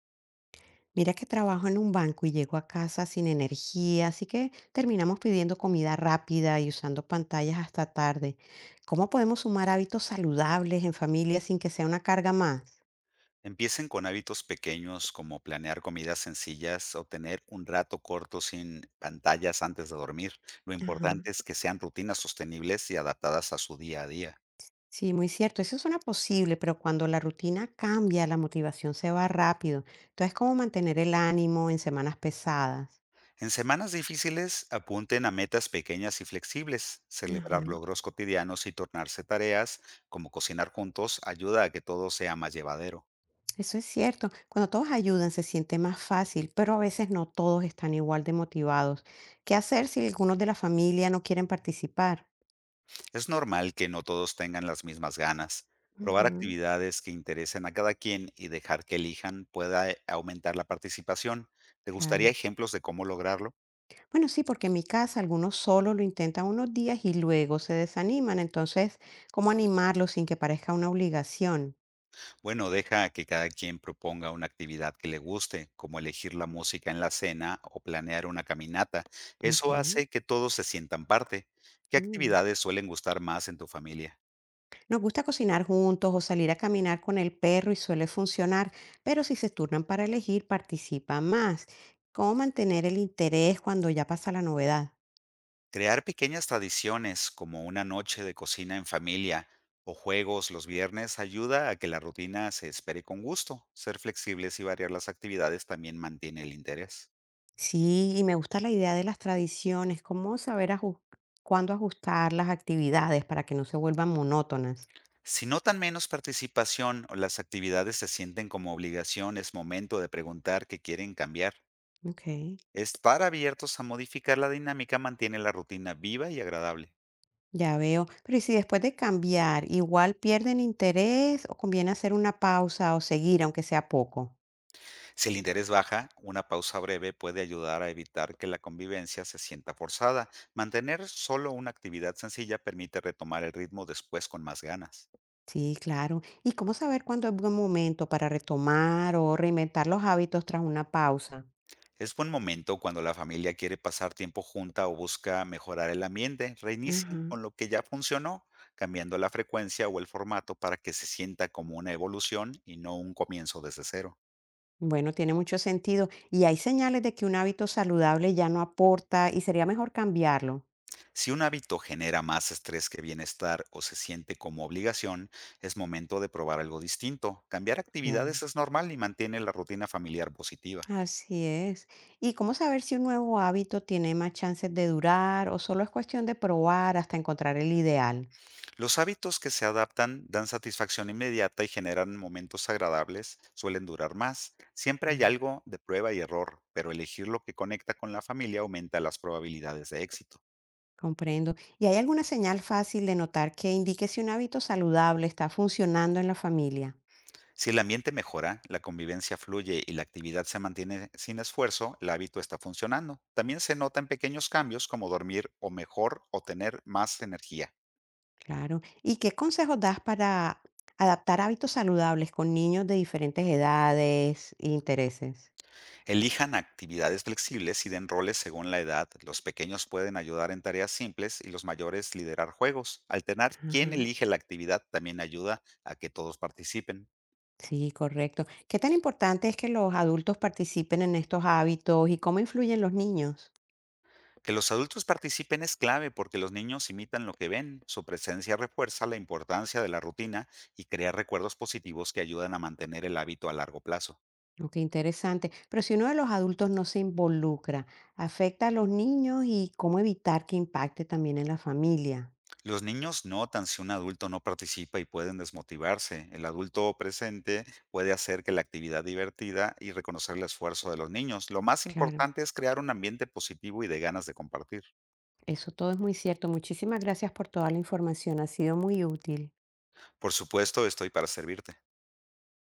Mira que trabajo en un banco y llego a casa sin energía, así que terminamos pidiendo comida rápida y usando pantallas hasta tarde. ¿Cómo podemos sumar hábitos saludables en familia sin que sea una carga más? Empiecen con hábitos pequeños como planear comidas sencillas o tener un rato corto sin pantallas antes de dormir. Lo Ajá. importante es que sean rutinas sostenibles y adaptadas a su día a día. Sí, muy cierto. Eso suena posible, pero cuando la rutina cambia, la motivación se va rápido. Entonces, ¿cómo mantener el ánimo en semanas pesadas? En semanas difíciles, apunten a metas pequeñas y flexibles. Celebrar Ajá. logros cotidianos y tornarse tareas como cocinar juntos ayuda a que todo sea más llevadero. Eso es cierto. Cuando todos ayudan se siente más fácil, pero a veces no todos están igual de motivados. ¿Qué hacer si algunos de la familia no quieren participar? Es normal que no todos tengan las mismas ganas. Probar Ujú, actividades que interesen a cada quien y dejar que elijan pueda aumentar la participación. ¿Te gustaría claro. ejemplos de cómo lograrlo? Bueno, sí, porque en mi casa algunos solo lo intentan unos días y luego se desaniman. Entonces, ¿cómo animarlos sin que parezca una obligación? Bueno, deja que cada quien proponga una actividad que le guste, como elegir la música en la cena o planear una caminata. Ok. Eso hace que todos se sientan parte. ¿Qué Mm. actividades suelen gustar más en tu familia? Nos gusta cocinar juntos o salir a caminar con el perro y suele funcionar, pero si se turnan para elegir, participa más. ¿Cómo mantener el interés cuando ya pasa la novedad? Crear pequeñas tradiciones como una noche de cocina en familia o juegos los viernes ayuda a que la rutina se espere con gusto. Ser flexibles y variar las actividades también mantiene el interés. Sí, y me gusta la idea de las tradiciones, cómo saber cuándo ajustar las actividades para que no se vuelvan monótonas. Si notan menos participación o las actividades se sienten como obligación, es momento de preguntar qué quieren cambiar. Ok, Estar abiertos a modificar la dinámica mantiene la rutina viva y agradable. ya veo. Pero ¿y si después de cambiar, igual pierden interés o conviene hacer una pausa o seguir, aunque sea poco? Si el interés baja, una pausa breve puede ayudar a evitar que la convivencia se sienta forzada. Mantener solo una actividad sencilla permite retomar el ritmo después con más ganas. Sí, claro. ¿Y cómo saber cuándo es buen momento para retomar o reinventar los hábitos tras una pausa? Es buen momento cuando la familia quiere pasar tiempo junta o busca mejorar el ambiente. Ajá. Reinicien con lo que ya funcionó, cambiando la frecuencia o el formato para que se sienta como una evolución y no un comienzo desde cero. Bueno, tiene mucho sentido. ¿Y hay señales de que un hábito saludable ya no aporta y sería mejor cambiarlo? Si un hábito genera más estrés que bienestar o se siente como obligación, es momento de probar algo distinto. Cambiar Ya. actividades es normal y mantiene la rutina familiar positiva. Así es. ¿Y cómo saber si un nuevo hábito tiene más chances de durar o solo es cuestión de probar hasta encontrar el ideal? Los hábitos que se adaptan dan satisfacción inmediata y generan momentos agradables, suelen durar más. Siempre hay Ya. algo de prueba y error, pero elegir lo que conecta con la familia aumenta las probabilidades de éxito. Comprendo. ¿Y hay alguna señal fácil de notar que indique si un hábito saludable está funcionando en la familia? Si el ambiente mejora, la convivencia fluye y la actividad se mantiene sin esfuerzo, el hábito está funcionando. También se notan pequeños cambios como dormir o mejor o tener más energía. Claro. ¿Y qué consejos das para adaptar hábitos saludables con niños de diferentes edades e intereses? Elijan actividades flexibles y den roles según la edad. Los pequeños pueden ayudar en tareas simples y los mayores liderar juegos. Alternar quién Ajá. elige la actividad también ayuda a que todos participen. Sí, correcto. ¿Qué tan importante es que los adultos participen en estos hábitos y cómo influyen los niños? Que los adultos participen es clave porque los niños imitan lo que ven, su presencia refuerza la importancia de la rutina y crea recuerdos positivos que ayudan a mantener el hábito a largo plazo. Oh, qué interesante. Pero si uno de los adultos no se involucra, ¿afecta a los niños y cómo evitar que impacte también en la familia? Los niños notan si un adulto no participa y pueden desmotivarse. El adulto presente puede hacer que la actividad divertida y reconocer el esfuerzo de los niños. Lo más Claro, importante es crear un ambiente positivo y de ganas de compartir. eso todo es muy cierto. Muchísimas gracias por toda la información. Ha sido muy útil. Por supuesto, estoy para servirte.